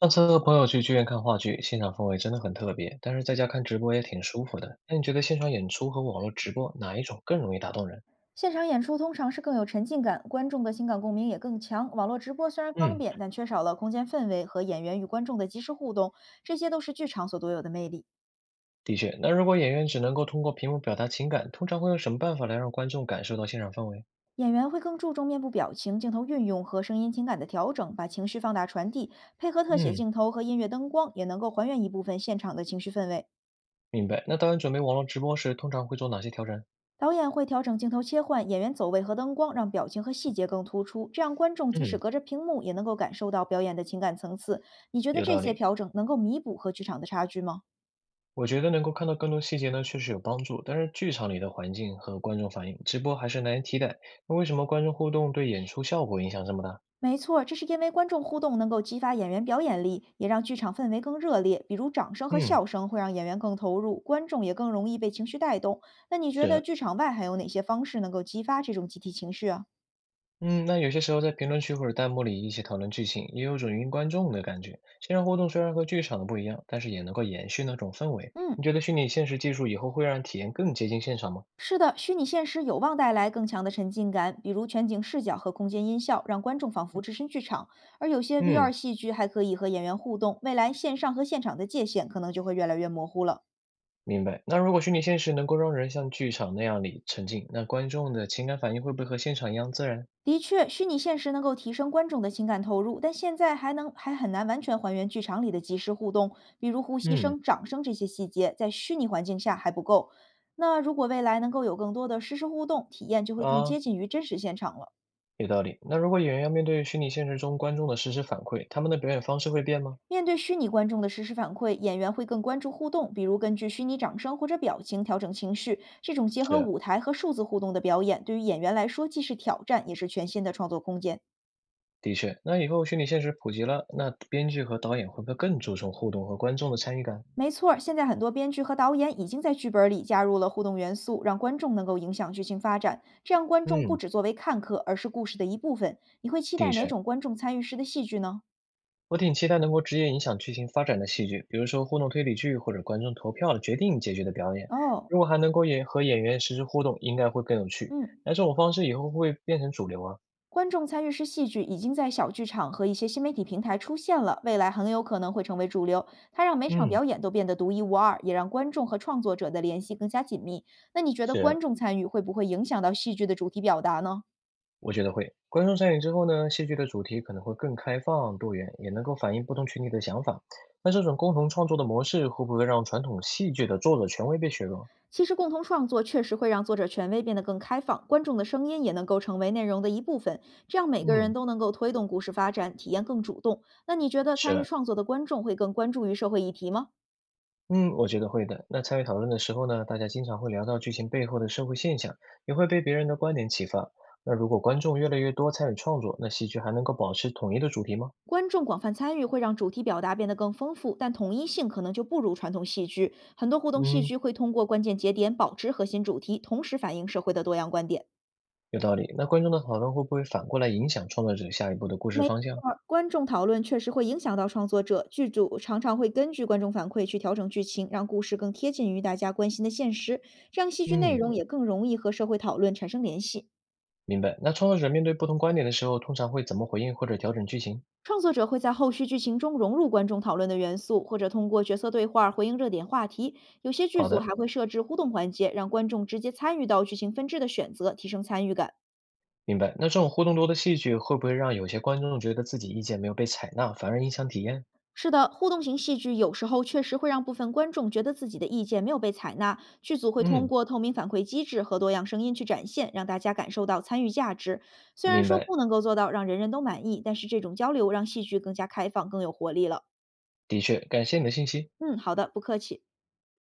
上次和朋友去剧院看话剧，现场氛围真的很特别，但是在家看直播也挺舒服的。那你觉得现场演出和网络直播哪一种更容易打动人？现场演出通常是更有沉浸感，观众的情感共鸣也更强。网络直播虽然方嗯，便，但缺少了空间氛围和演员与观众的及时互动，这些都是剧场所独有的魅力。的确，那如果演员只能够通过屏幕表达情感，通常会用什么办法来让观众感受到现场氛围？演员会更注重面部表情、镜头运用和声音情感的调整，把情绪放大传递，配合特写嗯，镜头和音乐灯光，也能够还原一部分现场的情绪氛围。明白。那导演准备网络直播时，通常会做哪些调整？导演会调整镜头切换、演员走位和灯光，让表情和细节更突出，这样观众即使嗯，隔着屏幕，也能够感受到表演的情感层次。你觉得有这道些理。调整能够弥补和剧场的差距吗？我觉得能够看到更多细节呢，确实有帮助。但是剧场里的环境和观众反应，直播还是难以替代。那为什么观众互动对演出效果影响这么大？没错，这是因为观众互动能够激发演员表演力，也让剧场氛围更热烈。比如掌声和嗯，笑声会让演员更投入，观众也更容易被情绪带动。那你觉得是，剧场外还有哪些方式能够激发这种集体情绪啊？嗯，那有些时候在评论区或者弹幕里一起讨论剧情，也有种云观众的感觉。线上互动虽然和剧场的不一样，但是也能够延续那种氛围。你嗯，觉得虚拟现实技术以后会让体验更接近现场吗？是的，虚拟现实有望带来更强的沉浸感，比如全景视角和空间音效，让观众仿佛置身剧场。而有些 VR 嗯，戏剧还可以和演员互动，未来线上和现场的界限可能就会越来越模糊了。明白。那如果虚拟现实能够让人像剧场那样里沉浸，那观众的情感反应会不会和现场一样自然？的确，虚拟现实能够提升观众的情感投入，但现在还能还很难完全还原剧场里的即时互动，比如呼吸嗯，声、掌声这些细节，在虚拟环境下还不够。那如果未来能够有更多的实时互动，体验就会更啊，接近于真实现场了。有道理。那如果演员要面对虚拟现实中观众的实时反馈，他们的表演方式会变吗？面对虚拟观众的实时反馈，演员会更关注互动，比如根据虚拟掌声或者表情调整情绪。这种结合是。舞台和数字互动的表演，对于演员来说既是挑战，也是全新的创作空间。的确，那以后虚拟现实普及了，那编剧和导演会不会更注重互动和观众的参与感？没错儿现在很多编剧和导演已经在剧本里加入了互动元素，让观众能够影响剧情发展。这样，观众不嗯，只作为看客，而是故事的一部分。你会期待的哪确，种观众参与式的戏剧呢？我挺期待能够直接影响剧情发展的戏剧，比如说互动推理剧或者观众投票决定结局的表演。哦，如果还能够演和演员实时互动，应该会更有趣。嗯，那这种方式以后会不会变成主流啊？观众参与式戏剧已经在小剧场和一些新媒体平台出现了，未来很有可能会成为主流。它让每场嗯，表演都变得独一无二，也让观众和创作者的联系更加紧密。那你觉得观是，众参与会不会影响到戏剧的主题表达呢？我觉得会。观众参与之后呢，戏剧的主题可能会更开放多元，也能够反映不同群体的想法。那这种共同创作的模式会不会让传统戏剧的作者权威被削弱？其实，共同创作确实会让作者权威变得更开放，观众的声音也能够成为内容的一部分，这样每个人嗯。都能够推动故事发展，体验更主动。那你觉得参与是，创作的观众会更关注于社会议题吗？嗯，我觉得会的。那参与讨论的时候呢，大家经常会聊到剧情背后的社会现象，也会被别人的观点启发。那如果观众越来越多参与创作，那戏剧还能够保持统一的主题吗？观众广泛参与会让主题表达变得更丰富，但统一性可能就不如传统戏剧。很多互动戏嗯，剧会通过关键节点保持核心主题，同时反映社会的多样观点。有道理。那观众的讨论会不会反过来影响创作者下一步的故事没方向？错儿观众讨论确实会影响到创作者，剧组常常会根据观众反馈去调整剧情，让故事更贴近于大家关心的现实，这样戏剧内嗯，容也更容易和社会讨论产生联系。明白。那创作者面对不同观点的时候，通常会怎么回应或者调整剧情？创作者会在后续剧情中融入观众讨论的元素，或者通过角色对话回应热点话题。有些剧好组的，还会设置互动环节，让观众直接参与到剧情分支的选择，提升参与感。明白。那这种互动多的戏剧会不会让有些观众觉得自己意见没有被采纳，反而影响体验？是的，互动型戏剧有时候确实会让部分观众觉得自己的意见没有被采纳。剧组会通嗯，过透明反馈机制和多样声音去展现，让大家感受到参与价值。虽然明说白。不能够做到让人人都满意，但是这种交流让戏剧更加开放、更有活力了。的确，感谢你的信息。嗯，好的，不客气。